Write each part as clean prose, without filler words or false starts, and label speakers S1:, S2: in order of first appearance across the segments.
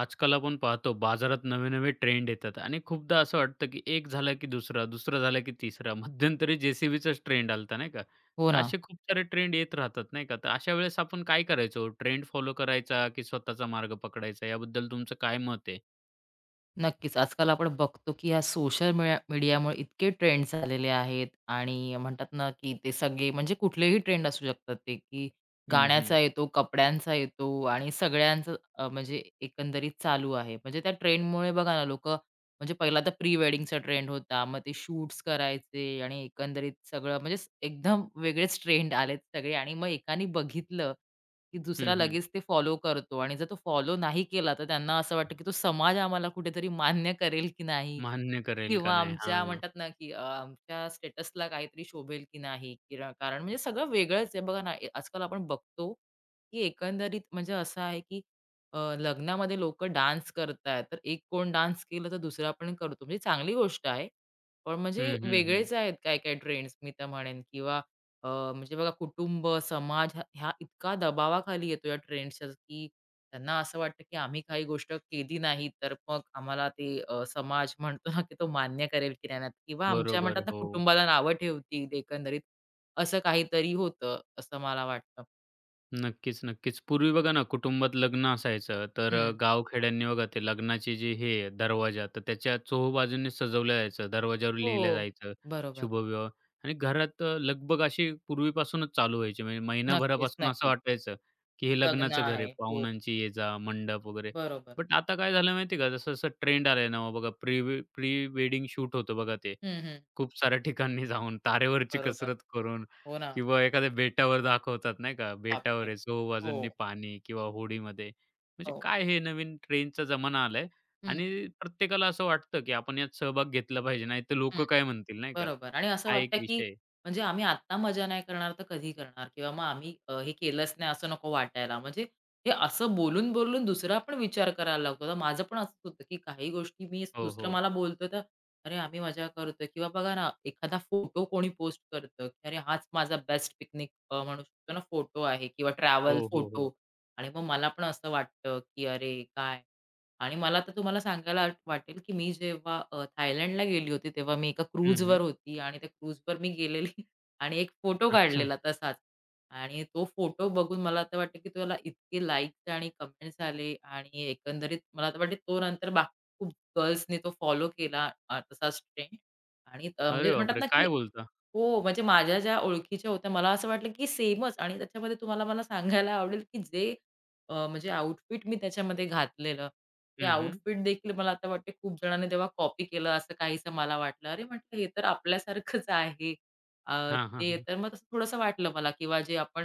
S1: आजकाल आपण पाहतो बाजारात नवे-नवे ट्रेंड येतात आणि खूपदा असं वाटतं, की एक झाला की दुसरा, दुसरा झाला की तिसरा. मध्यंतरी जे-सी-बीचाच ट्रेंड आला होता, नाही का?
S2: हो
S1: तर
S2: ना,
S1: असे खूप सारे ट्रेंड येत राहतात, नाही का? तर अशा वेळेस आपण काय करायचो? ट्रेंड फॉलो करायचा की स्वतःचा मार्ग पकडायचा? याबद्दल तुमचं काय मत आहे?
S2: नक्कीच. आजकाल आपण बघतो, की ह्या सोशल मीडियामुळे इतके ट्रेंड्स झालेले आहेत आणि म्हणतात ना, की ते सगळे म्हणजे कुठलेही ट्रेंड असू शकतात ते, की
S1: हं, हं.
S2: गाण्याचा येतो, कपड्यांचा येतो आणि सगळ्यांचं म्हणजे एकंदरीत चालू आहे. म्हणजे त्या ट्रेंडमुळे बघा ना, लोकं म्हणजे पहिला तर प्री वेडिंगचा ट्रेंड होता. मग ते शूट्स करायचे आणि एकंदरीत सगळं म्हणजे एकदम वेगळेच ट्रेंड आलेत सगळे आणि मग एकाने बघितलं की
S1: हं,
S2: दुसरा
S1: हं.
S2: लगेच ते फॉलो करतो आणि जर तो फॉलो नाही केला, तर त्यांना असं वाटतं की तो समाज आम्हाला कुठेतरी मान्य करेल की नाही?
S1: मान्य करेल का
S2: किंवा
S1: नाही?
S2: आमच्या
S1: हां.
S2: म्हणतात ना, की आमच्या स्टेटसला काहीतरी शोभेल की नाही, की कारण म्हणजे सगळं वेगळंच आहे. बघा ना, आजकाल आपण बघतो, की एकंदरीत म्हणजे असं आहे, की लग्नामध्ये लोकं डान्स करतायत. तर एक कोण डान्स केलं, तर दुसरा पण करतो. म्हणजे चांगली गोष्ट आहे. पण म्हणजे
S1: हं, हं, हं.
S2: वेगळेच आहेत काही-काही ट्रेंड्स मी तर म्हणेन किंवा म्हणजे बघा कुटुंब, समाज ह्या ह्या इतका दबावाखाली येतो या ट्रेंड्सच्या, की त्यांना असं वाटतं, की आम्ही काही गोष्ट केली नाही, तर मग आम्हाला ते समाज म्हणतो ना, की तो मान्य करेल की नाही. किंवा आमच्या म्हणतात
S1: बरोबर.
S2: ना,
S1: हो.
S2: कुटुंबाला नावं ठेवतील एकंदरीत. असं काहीतरी होतं, असं मला वाटतं.
S1: नक्कीच, नक्कीच. पूर्वी बघा ना, कुटुंबात लग्न असायचं, तर
S2: हं.
S1: गावखेड्यांनी बघा ते लग्नाचे जे हे आहे, दरवाजा, तर त्याच्या चोहोबाजूंनी सजवलं जायचं. दरवाजावर लिहिलं
S2: हो.
S1: जायचं,
S2: बरोबर.
S1: शुभविवाह आणि घरात लगबग अशी पूर्वीपासूनच चालू व्हायची. म्हणजे
S2: नक्कीच,
S1: महिनाभरापासून असं
S2: नक्कीच.
S1: वाटायचं, की हे
S2: लग्न
S1: लग्नाचं घर आहे,
S2: आहे. हो.
S1: पाहुण्यांची ये-जा, मंडप वगैरे.
S2: बरोबर.
S1: बट आता काय झालं माहिती का, जसं-जसं ट्रेंड आलाय ना, बघा प्री प्री वेडिंग शूट होतं बघा ते.
S2: हं, हं.
S1: खूप साऱ्या ठिकाणी जाऊन, तारेवरची
S2: बरोबर.
S1: कसरत करून
S2: हो ना.
S1: किंवा एखाद्या बेटावर दाखवतात नाही का, बेटावर
S2: बापरे!
S1: आहे 100
S2: हो,
S1: बाजूंनी पाणी किंवा होडीमध्ये. म्हणजे
S2: हो.
S1: काय हे नवीन ट्रेंडचा जमाना आलाय
S2: हं,
S1: आणि प्रत्येकाला असं वाटतं, की आपण यात सहभाग घेतला पाहिजे, नाहीतर
S2: हं.
S1: लोकं काय म्हणतील नाही का?
S2: बरोबर आणि असं
S1: हा
S2: वाटतं,
S1: एक
S2: की
S1: विषय आहे.
S2: म्हणजे आम्ही आत्ता मजा नाही करणार तर कधी करणार? किंवा मग आम्ही हे केलंच नाही असं नको वाटायला. म्हणजे हे असं बोलून-बोलून दुसरा पण विचार करायला लागतो. आता माझं पण असंच होतं, की काही गोष्टी मी
S1: हो,
S2: दुसरं
S1: हो.
S2: मला बोलतो तर "अरे, आम्ही मजा करतोय" किंवा बघा ना एखादा फोटो कोणी पोस्ट करतं, की "अरे, हाच माझा बेस्ट पिकनिक" म्हणू शकतो ना फोटो आहे किंवा ट्रॅव्हल
S1: हो, हो, हो.
S2: फोटो आणि मग मला पण असं वाटतं, की "अरे, काय?" आणि मला तर तुम्हाला सांगायला वाटेल की मी जेव्हा थायलंडला गेली होती तेव्हा मी एका
S1: हं,
S2: क्रूजवर
S1: हं.
S2: होती आणि त्या क्रूजवर मी गेलेली आणि एक फोटो
S1: अच्छा.
S2: काढलेला तसाच आणि तो फोटो बघून मला आता वाटतं की त्याला इतके लाईक्स आणि कमेंट्स आले आणि एकंदरीत मला तर वाटते तो नंतर बाकी खूप गर्ल्सने तो फॉलो केला तसाच ट्रेंड आणि
S1: अरे
S2: म्हणजे म्हणतात
S1: बापरे!
S2: ना की
S1: काय बोलता?
S2: हो, म्हणजे माझ्या ज्या ओळखीच्या होत्या, मला असं वाटलं की सेमच आणि त्याच्यामध्ये तुम्हाला मला सांगायला आवडेल की जे म्हणजे आउटफिट मी त्याच्यामध्ये घातलेलं, ते
S1: हं, हं.
S2: आउटफिट देखील मला आता वाटते खूप जणांनी तेव्हा कॉपी केलं असं काहीसं मला वाटलं. अरे म्हटलं हे तर आपल्यासारखंच आहे. अ,
S1: हां, हां,
S2: ते
S1: हां.
S2: तर मग तसं थोडंसं वाटलं मला किंवा जे आपण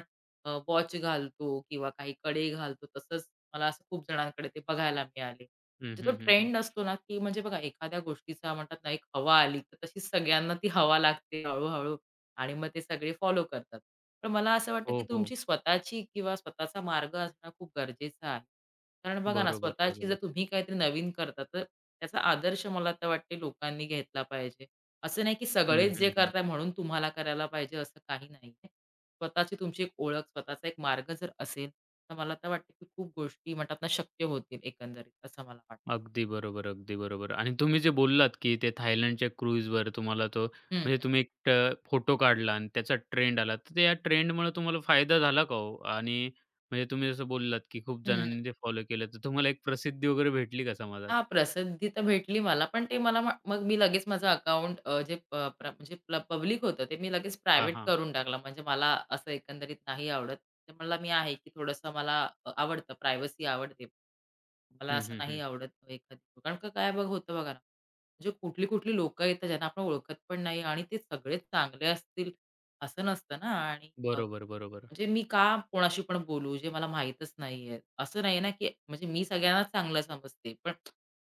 S2: वॉच घालतो किंवा काही कडे घालतो तसंच मला असं खूप जणांकडे ते बघायला मिळाले.
S1: हं,
S2: म्हणजे तो
S1: हं, हं, हं.
S2: ट्रेंड असतो ना, की म्हणजे बघा एखाद्या गोष्टीचा म्हणतात ना, एक हवा आली, तर तशीच सगळ्यांना ती हवा लागते हळू-हळू आणि मग ते सगळे फॉलो करतात. पण मला असं वाटतं,
S1: हो,
S2: की
S1: हो.
S2: तुमची स्वतःची किंवा स्वतःचा मार्ग असणं खूप गरजेचं आहे. कारण बघा ना,
S1: बरोबर,
S2: स्वतःची जर
S1: बरोबर.
S2: तुम्ही काहीतरी नवीन करता, तर त्याचा आदर्श मला तर वाटते लोकांनी घेतला पाहिजे. असं नाही, की
S1: हं,
S2: सगळेच जे
S1: हं, हं.
S2: करताय म्हणून तुम्हाला करायला पाहिजे असं काही नाहीये. स्वतःची तुमची एक ओळख, स्वतःचा एक मार्ग जर असेल तर मला तर वाटतं, की खूप गोष्टी म्हणतात ना, शक्य होतील एकंदरीत असं मला वाटतं.
S1: अगदी बरोबर, अगदी बरोबर. आणि तुम्ही जे बोललात, की ते थायलंडच्या क्रूझवर तुम्हाला तो
S2: हं,
S1: म्हणजे
S2: हं.
S1: तुम्ही एक फोटो काढला आणि त्याचा ट्रेंड आला. तर त्या ट्रेंडमुळे तुम्हाला फायदा झाला का हो? आणि म्हणजे तुम्ही जसं बोललात, की खूप जणांनी ते फॉलो केलं. तर तुम्हाला एक प्रसिद्धी वगैरे भेटली का समाजात?
S2: हां, प्रसिद्धी तर भेटली मला, पण ते मला मग मी लगेच माझं अकाउंट जे प प्र म्हणजे पब्लिक होतं ते मी लगेच
S1: हां,
S2: प्रायव्हेट
S1: हां.
S2: करून टाकलं. म्हणजे मला असं एकंदरीत नाही आवडत. तर मला मी आहे, की थोडंसं मला आवडतं प्रायव्हसी आवडते. मला
S1: हं,
S2: असं
S1: हं,
S2: नाही
S1: हं.
S2: आवडत एखादी कारण का काय बघ होतं बघा ना, म्हणजे कुठली-कुठली लोकं येतात ज्यांना आपण ओळखत पण नाही आणि ते सगळेच चांगले असतील असं नसतं ना आणि
S1: बरोबर, बरोबर.
S2: म्हणजे मी का कोणाशी पण बोलू जे मला माहीतच नाहीये. असं नाही ना, की म्हणजे मी सगळ्यांनाच चांगलं समजते. पण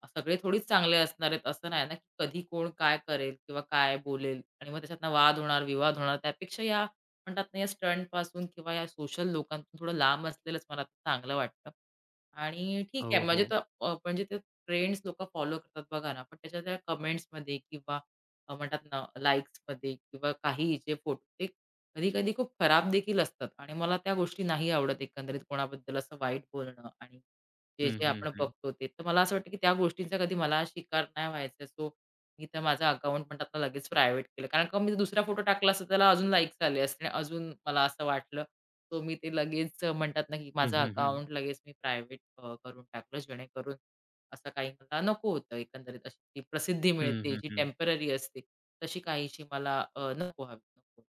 S2: सगळे थोडीच चांगले असणार आहेत असं नाही ना, की कधी कोण काय करेल किंवा काय बोलेल आणि मग त्याच्यातनं वाद होणार, विवाद होणार. त्यापेक्षा या म्हणतात ना, या स्टंटपासून किंवा या सोशल लोकांपासून थोडं लांब असलेलंच मला आता चांगलं वाटतं. आणि ठीक आहे
S1: हो,
S2: म्हणजे
S1: हो.
S2: तर म्हणजे ते ट्रेंड्स लोकं फॉलो करतात बघा ना, पण त्याच्या त्या कमेंट्समध्ये किंवा म्हणतात ना, लाइक्समध्ये किंवा काही जे फोटो ते कधी-कधी खूप खराब देखील असतात आणि मला त्या गोष्टी नाही आवडत एकंदरीत कोणाबद्दल असं वाईट बोलणं आणि जे,
S1: हं,
S2: जे
S1: हं,
S2: आपण
S1: हं.
S2: बघतो ते. तर मला असं वाटतं, की त्या गोष्टींचा कधी मला शिकार नाही व्हायचं. सो मी तर माझा अकाउंट म्हणतात ना लगेच प्रायव्हेट केलं. कारण का मी दुसरा फोटो टाकला असता त्याला अजून लाईक्स आले असते आणि अजून मला असं वाटलं. सो मी ते लगेच म्हणतात ना, की
S1: हं,
S2: माझं
S1: हं, हं.
S2: अकाउंट लगेच मी प्रायव्हेट करून टाकलं जेणेकरून असं काही मला नको होतं एकंदरीत. अशी ती प्रसिद्धी
S1: हं,
S2: मिळते जी
S1: हं,
S2: टेम्पररी असते, तशी काहीशी मला नको हवी. नको.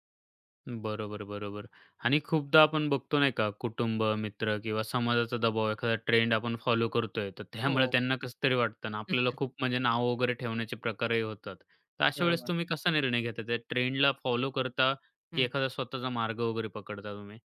S1: बरोबर, बरोबर. आणि खूपदा आपण बघतो नाही का, कुटुंब, मित्र किंवा समाजाचा दबाव, एखादा ट्रेंड आपण फॉलो करतोय, तर त्यामुळे
S2: हो.
S1: त्यांना कसं तरी वाटतं आणि आपल्याला खूप म्हणजे नाव वगैरे ठेवण्याचे प्रकारही होतात. तर अशा वेळेस
S2: बरोबर.
S1: तुम्ही कसा निर्णय घेता? त्या ट्रेंडला फॉलो करता की
S2: हं.
S1: एखादा स्वतःचा मार्ग वगैरे पकडता तुम्ही?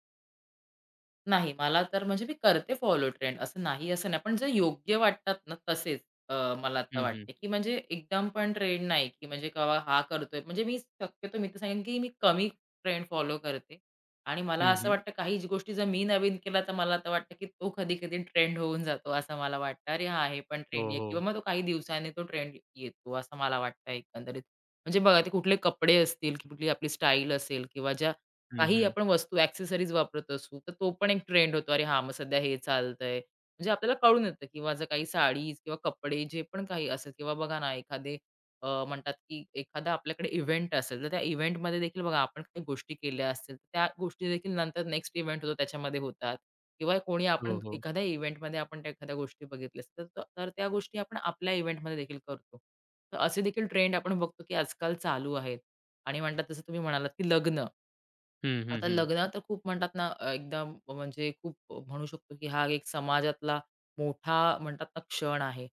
S2: नाही, मला तर म्हणजे मी करते फॉलो ट्रेंड असं नाही, असं नाही. पण जे योग्य वाटतात ना तसेच अ, मला आता
S1: हं, हं.
S2: वाटते, की म्हणजे एकदम पण ट्रेंड नाही, की म्हणजे केव्हा हा करतोय. म्हणजे मी शक्यतो मी तर सांगेन, की मी कमी ट्रेंड फॉलो करते आणि मला
S1: हं,
S2: असं
S1: हं.
S2: वाटतं काही गोष्टी जर मी नवीन केल्या तर मला आता वाटतं, की तो कधी-कधी ट्रेंड होऊन जातो असं मला वाटतं. अरे हां, हे पण
S1: हो,
S2: ट्रेंडी आहे किंवा
S1: हो.
S2: मग तो काही दिवसांनी तो ट्रेंड येतो असं मला वाटतं एकंदरीत. म्हणजे बघा ते कुठले कपडे असतील, कुठली आपली स्टाईल असेल किंवा ज्या
S1: हं,
S2: काही
S1: हं.
S2: आपण वस्तू, एक्सेसरीज वापरत असू, तर तो पण एक ट्रेंड होतो. अरे हां, मग सध्या हे चालतंय. म्हणजे आपल्याला कळून येतं किंवा जर काही साडीज किंवा कपडे जे पण काही असेल किंवा बघा ना एखादे म्हणतात की एखादा आपल्याकडे इव्हेंट असेल, तर त्या इव्हेंटमध्ये देखील बघा आपण काही गोष्टी केल्या असतील, तर त्या गोष्टी देखील नंतर नेक्स्ट इव्हेंट होतो त्याच्यामध्ये होतात किंवा कोणी आपण
S1: हो, हो.
S2: एखाद्या इव्हेंटमध्ये आपण त्या एखाद्या गोष्टी बघितल्या असतील, तर तर त्या गोष्टी आपण आपल्या इव्हेंटमध्ये देखील करतो. तर असे देखील ट्रेंड आपण बघतो की आजकाल चालू आहेत आणि म्हणतात तसं तुम्ही म्हणालात की लग्न.
S1: हं, हं,
S2: आता
S1: हं.
S2: लग्न तर खूप म्हणतात ना एकदम म्हणजे खूप म्हणू शकतो की हा एक समाजातला मोठा म्हणतात ना क्षण आहे.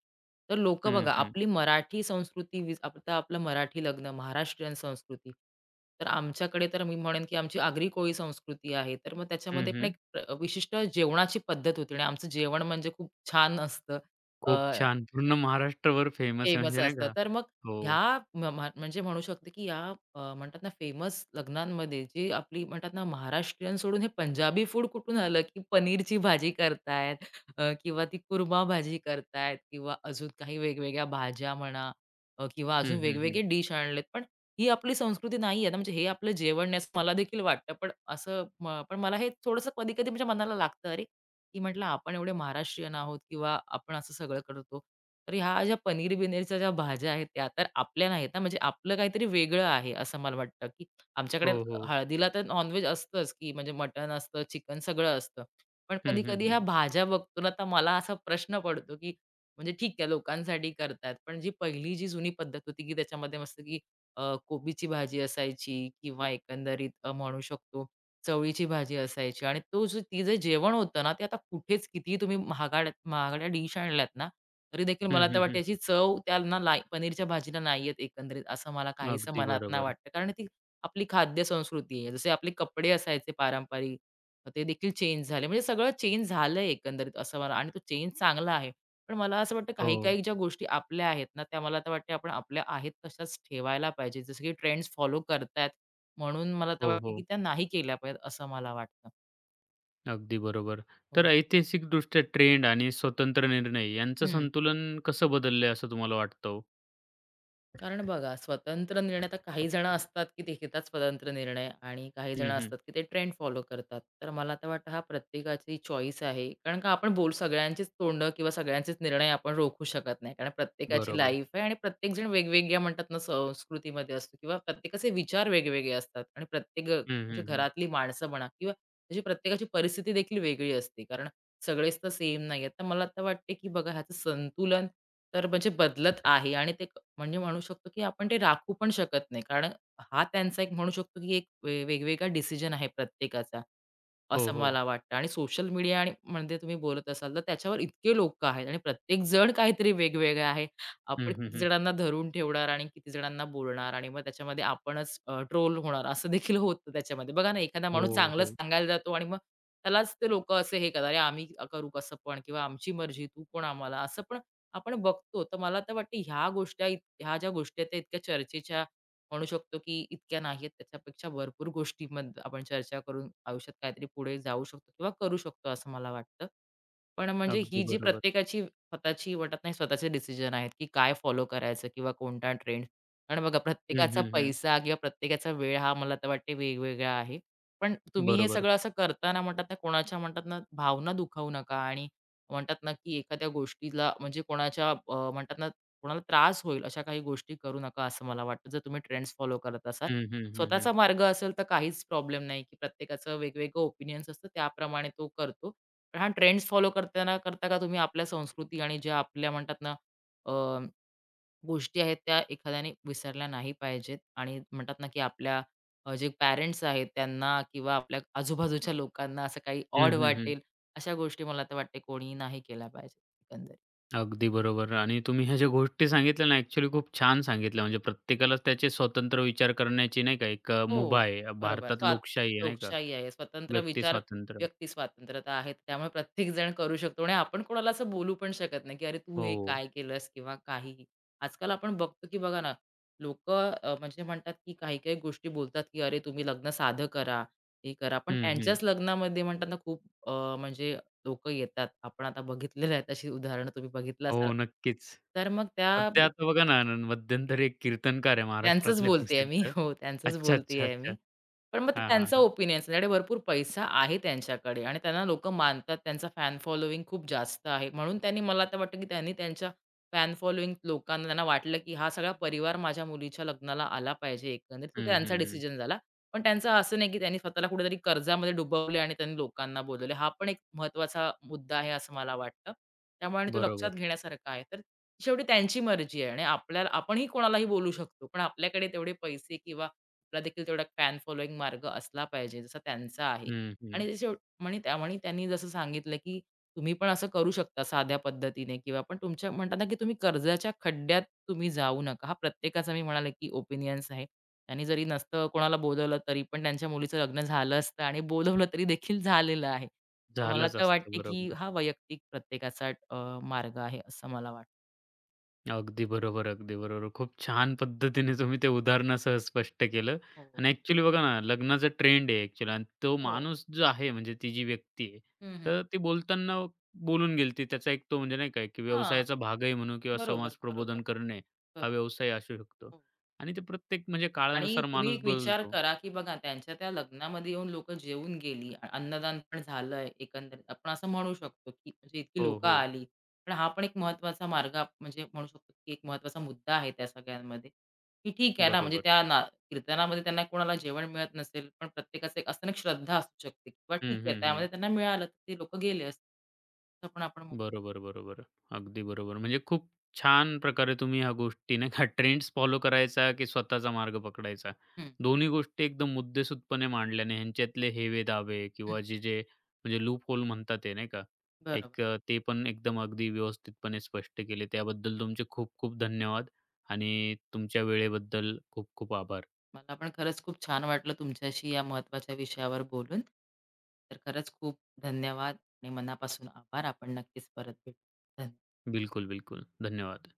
S2: तर लोकं
S1: हं,
S2: बघा
S1: हं.
S2: आपली मराठी संस्कृती वीज आता आपलं मराठी लग्न, महाराष्ट्रीयन संस्कृती. तर आमच्याकडे तर मी म्हणेन की आमची आगरी कोळी संस्कृती आहे. तर मग
S1: हं,
S2: त्याच्यामध्ये पण
S1: हं.
S2: एक विशिष्ट जेवणाची पद्धत होती आणि आमचं जेवण म्हणजे खूप छान असतं.
S1: खूप छान. पूर्ण महाराष्ट्रभर फेमस आहे
S2: फेमस
S1: म्हणजे नाही
S2: असतात.
S1: का?
S2: तर मग
S1: हो.
S2: ह्या म म म्हणजे म्हणू शकते, की या म्हणतात ना फेमस लग्नांमध्ये जी आपली म्हणतात ना महाराष्ट्रीयन सोडून हे पंजाबी फूड कुठून आलं, की पनीरची भाजी करतायत किंवा ती कुर्मा भाजी करतायत किंवा अजून काही वेगवेगळ्या भाज्या म्हणा किंवा
S1: हं,
S2: अजून
S1: हं, हं.
S2: वेगवेगळे डिश आणलेत. पण ही आपली संस्कृती नाहीये ना, म्हणजे हे आपलं जेवण नाही असं मला देखील वाटतं. पण असं म पण मला हे थोडंसं कधी-कधी माझ्या मनाला लागतं, "अरे! की म्हटलं आपण एवढे महाराष्ट्रीयन आहोत किंवा आपण असं सगळं करतो. तर ह्या ज्या पनीर बिनीरच्या ज्या भाज्या आहेत त्या तर आपल्या नाहीत ना, म्हणजे आपलं काहीतरी वेगळं आहे असं मला वाटतं, की
S1: हो,
S2: आमच्याकडे
S1: हो.
S2: हळदीला तर नॉन-व्हेज असतंच, की म्हणजे मटण असतं, चिकन सगळं असतं. पण
S1: हं, हं,
S2: कधी-कधी ह्या
S1: हं.
S2: भाज्या बघतो ना, तर मला असा प्रश्न पडतो, की म्हणजे ठीक आहे लोकांसाठी करतायत, पण जी पहिली जी जुनी पद्धत होती, की त्याच्यामध्ये मस्त की कोबीची भाजी असायची किंवा एकंदरीत म्हणू शकतो चवळीची भाजी असायची आणि तो जो ती जे जेवण होतं ना, ते आता कुठेच कितीही तुम्ही महागड्यात महागड्या डिश आणल्यात ना, तरी देखील
S1: हं,
S2: मला तर
S1: हं,
S2: वाटते
S1: हं.
S2: याची चव त्यांना नाही पनीरच्या भाजीला नाही येत एकंदरीत, असं मला काहीसं
S1: अगदी
S2: मनातनं
S1: बरोबर.
S2: वाटतं. कारण ती आपली खाद्य संस्कृती आहे. जसे आपले कपडे असायचे पारंपरिक, ते देखील चेंज झाले. म्हणजे सगळं चेंज झालंय एकंदरीत असं मला आणि तो चेंज चांगला आहे. पण मला असं वाटतं
S1: हो,
S2: काही-काही ज्या गोष्टी आपल्या आहेत ना, त्या मला तर वाटते आपण आपल्या आहेत तशाच ठेवायला पाहिजे. जसं की ट्रेंड्स फॉलो करतायत म्हणून मला तर
S1: हो,
S2: वाटतं, की
S1: हो.
S2: त्या नाही केल्या पाहिजेत असं मला वाटतं.
S1: अगदी बरोबर. तर
S2: हो.
S1: ऐतिहासिकदृष्ट्या ट्रेंड आणि स्वतंत्र निर्णय यांचं
S2: हं.
S1: संतुलन कसं बदललंय असं तुम्हाला वाटतं हो?
S2: कारण बघा, स्वतंत्र निर्णय आता काही जण असतात, की ते घेतात स्वतंत्र निर्णय आणि काही जण
S1: हं, हं.
S2: असतात, की ते ट्रेंड फॉलो करतात. तर मला तर वाटतं हा प्रत्येकाची चॉईस आहे. कारण का आपण बोल सगळ्यांचीच तोंडं किंवा सगळ्यांचेच निर्णय आपण रोखू शकत नाही. कारण प्रत्येकाची
S1: बरोबर.
S2: लाईफ आहे आणि प्रत्येकजण वेगवेगळ्या म्हणतात ना संस्कृतीमध्ये असतो किंवा प्रत्येकाचे विचार वेगवेगळे असतात आणि प्रत्येक
S1: हं,
S2: म्हणजे
S1: हं, हं.
S2: घरातली माणसं म्हणा किंवा म्हणजे प्रत्येकाची परिस्थिती देखील वेगळी असते. कारण सगळेच तर सेम नाहीयेत. तर मला तर वाटते, की बघा ह्याचं संतुलन तर म्हणजे बदलत आहे आणि ते म्हणजे म्हणू शकतो, की आपण ते राखू पण शकत नाही. कारण हा त्यांचा एक म्हणू शकतो, की एक वेगवेगळा डिसिजन आहे प्रत्येकाचा,
S1: हो,
S2: असं
S1: हो.
S2: मला वाटतं. आणि सोशल मीडिया आणि म्हणजे तुम्ही बोलत असाल, तर त्याच्यावर इतके लोकं आहेत आणि प्रत्येक जण काहीतरी वेगवेगळं आहे. आपण
S1: हं, हं,
S2: किती
S1: हं.
S2: जणांना धरून ठेवणार आणि किती जणांना बोलणार आणि मग त्याच्यामध्ये आपणच ट्रोल होणार असं देखील होतं त्याच्यामध्ये. बघा ना, एखादा
S1: हो,
S2: माणूस चांगलं
S1: हो.
S2: सांगायला जातो आणि मग त्यालाच ते लोकं असे हे करतात, "अरे, आम्ही करू कसं पण" किंवा "आमची मर्जी, तू कोण आम्हाला?" असं पण आपण बघतो. तर मला तर वाटतं ह्या ज्या गोष्टी आहेत त्या इतक्या चर्चेच्या म्हणू शकतो की इतक्या नाहीयेत. त्याच्यापेक्षा भरपूर गोष्टींमध्ये आपण चर्चा करून आयुष्यात काहीतरी पुढे जाऊ शकतो किंवा करू शकतो असं मला वाटतं. पण म्हणजे
S1: अगदी
S2: ही जी
S1: बरोबर.
S2: प्रत्येकाची स्वतःची वाटत नाही स्वतःचे डिसिजन आहेत की काय फॉलो करायचं किंवा कोणता ट्रेंड. कारण बघा
S1: हं,
S2: प्रत्येकाचा
S1: हं, हं.
S2: पैसा किंवा प्रत्येकाचा वेळ हा मला तर वाटते वेगवेगळा आहे. पण तुम्ही हे
S1: बरोबर.
S2: सगळं असं करताना म्हणतात ना कोणाच्या म्हणतात ना भावना दुखावू नका आणि म्हणतात ना की एखाद्या गोष्टीला म्हणजे कोणाच्या म्हणतात ना कोणाला त्रास होईल अशा काही गोष्टी करू नका असं मला वाटतं. जर तुम्ही ट्रेंड्स फॉलो करत असाल.
S1: हं, हं, हं, हं.
S2: स्वतःचा मार्ग असेल तर काहीच प्रॉब्लेम नाही, की प्रत्येकाचं वेगवेगळं ओपिनियन्स असतं त्याप्रमाणे तो करतो. पण हा ट्रेंड्स फॉलो करताना करता का तुम्ही आपल्या संस्कृती आणि ज्या आपल्या म्हणतात ना अ, गोष्टी आहेत त्या एखाद्याने विसरल्या नाही पाहिजेत आणि म्हणतात ना, की आपल्या जे पॅरेंट्स आहेत त्यांना किंवा आपल्या आजूबाजूच्या लोकांना असं काही
S1: हं,
S2: ऑड
S1: हं, हं.
S2: वाटेल, अशा गोष्टी मला तर वाटते कोणीही नाही केल्या पाहिजेत एकंदरीत.
S1: अगदी बरोबर आणि तुम्ही ह्या ज्या गोष्टी सांगितल्या ना ॲक्चुअली खूप छान सांगितल्या. म्हणजे प्रत्येकालाच त्याचे स्वतंत्र विचार करण्याची नाही का एक मुभा
S2: हो,
S1: आहे.
S2: बरोबर.
S1: भारतात लोकशाही आहे नाही का?
S2: लोकशाही आहे. स्वतंत्र
S1: व्यक्ती
S2: विचार,
S1: स्वातंत्र्य.
S2: व्यक्ती स्वातंत्र्यता आहे. त्यामुळे प्रत्येकजण करू शकतो आणि आपण कोणाला असं बोलू पण शकत नाही, की "अरे, तू
S1: हो.
S2: हे काय केलंस?" किंवा काहीही. आजकाल आपण बघतो, की बघा ना, लोकं म्हणजे म्हणतात, की काही-काही गोष्टी बोलतात, की "अरे, तुम्ही लग्न साधं करा, हे करा." पण
S1: हं, हं.
S2: त्यांच्याच लग्नामध्ये म्हणतात ना, खूप अ, म्हणजे लोकं येतात. आपण आता बघितलेलं आहे, तशी उदाहरणं तुम्ही बघितलं असाल.
S1: हो, नक्कीच.
S2: तर मग त्या
S1: सध्या आता बघा ना, मध्यंतरी एक कीर्तनकार आहे
S2: त्यांचंच
S1: महाराष्ट्रातले
S2: बोलतेय मी.
S1: प्रसिद्ध.
S2: हो, त्यांचंच
S1: अच्छा, अच्छा,
S2: बोलतेय
S1: अच्छा.
S2: मी. पण मग ते
S1: हां, हां,
S2: त्यांचा
S1: हां.
S2: ओपिनियन्स त्यांच्याकडे भरपूर पैसा आहे त्यांच्याकडे आणि त्यांना लोकं मानतात. त्यांचा फॅन फॉलोइंग खूप जास्त आहे. म्हणून त्यांनी मला आता वाटतं, की त्यांनी त्यांच्या फॅन फॉलोइंग लोकांना त्यांना वाटलं, की हा सगळा परिवार माझ्या मुलीच्या लग्नाला आला पाहिजे एकंदरीत. तो
S1: हं,
S2: त्यांचा
S1: हं, हं.
S2: डिसिजन झाला. पण त्यांचं असं नाही, की त्यांनी स्वतःला कुठेतरी कर्जामध्ये डुबवले आणि त्यांनी लोकांना बोलवले. हा पण एक महत्त्वाचा मुद्दा आहे असं मला वाटतं. त्यामुळे आणि तो लक्षात
S1: बरोबर.
S2: घेण्यासारखा आहे. तर शेवटी त्यांची मर्जी आहे आणि आपल्याला आपणही कोणालाही बोलू शकतो. पण आपल्याकडे तेवढे पैसे किंवा आपला देखील तेवढा फॅन फॉलोइंग मार्ग असला पाहिजे, जसा त्यांचा आहे.
S1: हं, हं.
S2: आणि ते म्हणे त्यामुळे त्यांनी जसं सांगितलं, की तुम्ही पण असं करू शकता साध्या पद्धतीने किंवा पण तुमच्या म्हणतात ना, की तुम्ही कर्जाच्या खड्ड्यात तुम्ही जाऊ नका. हा प्रत्येकाचा मी म्हणाले, की ओपिनियन्स आहे. त्यांनी जरी नसतं कोणाला बोलावलं तरी पण त्यांच्या मुलीचं लग्न झालं असतं आणि बोलावलं तरी देखील झालेलं आहे. तर मला
S1: झालंच
S2: तर
S1: असतं.
S2: वाटते, की
S1: बरोबर.
S2: हा वैयक्तिक प्रत्येकाचा मार्ग आहे असं मला वाटतं.
S1: अगदी बरोबर, अगदी बरोबर. खूप छान पद्धतीने तुम्ही ते उदाहरणासह स्पष्ट केलं
S2: हो,
S1: आणि ॲक्चुअली बघा ना, लग्नाचा ट्रेंड आहे ॲक्चुअली आणि तो
S2: हो.
S1: माणूस जो आहे म्हणजे ती जी व्यक्ती आहे,
S2: हं, हं.
S1: तर ती बोलताना बोलून गेली ती. त्याचा एक तो म्हणजे नाही काय की
S2: हां.
S1: व्यवसायाचा भागही म्हणू किंवा
S2: बरोबर,
S1: समाज प्रबोधन
S2: बरोबर.
S1: करणे हा
S2: बरोबर.
S1: व्यवसाय असू शकतो
S2: हो.
S1: आणि ते प्रत्येक म्हणजे
S2: आणि
S1: काळानुसार
S2: तुम्ही
S1: माणूस
S2: एक विचार
S1: बदलतो.
S2: करा, की बघा त्यांच्या त्या लग्नामध्ये येऊन लोकं जेवून गेली. अन्नदान पण झालंय एकंदरीत. आपण असं म्हणू शकतो, की म्हणजे इतकी
S1: हो,
S2: लोकं
S1: हो.
S2: आली. पण हा पण एक महत्त्वाचा मार्ग म्हणजे म्हणू शकतो, की एक महत्त्वाचा मुद्दा आहे त्या सगळ्यांमध्ये, की ठीक आहे ना, म्हणजे
S1: बरोबर.
S2: त्या ना कीर्तनामध्ये त्यांना कोणाला जेवण मिळत नसेल, पण प्रत्येकाचं एक असताना एक श्रद्धा असू शकते किंवा
S1: हं,
S2: ठीक आहे
S1: हं, हं.
S2: त्यामध्ये त्यांना मिळालं, तर ते लोकं गेले असतील. असं पण आपण म्हणू.
S1: बरोबर, बरोबर. अगदी बरोबर. म्हणजे खूप छान प्रकारे तुम्ही ह्या गोष्टी नाही का ट्रेंड्स फॉलो करायचा की स्वतःचा मार्ग पकडायचा.
S2: हं,
S1: दोन्ही गोष्टी एकदम मुद्देसूदपणे मांडल्याने ह्यांच्यातले हेवे-दावे
S2: हं.
S1: किंवा जे म्हणजे लूप होल म्हणतात ते नाही का?
S2: बरोबर.
S1: एक ते पण एकदम अगदी व्यवस्थितपणे स्पष्ट केले. त्याबद्दल तुमचे खूप-खूप धन्यवाद आणि तुमच्या वेळेबद्दल खूप-खूप आभार.
S2: मला पण खरंच खूप छान वाटलं तुमच्याशी या महत्त्वाच्या विषयावर बोलून. तर खरंच खूप धन्यवाद आणि मनापासून आभार. आपण नक्कीच परत भेटू. धन्यवाद.
S1: बिलकुल, बिलकुल. धन्यवाद.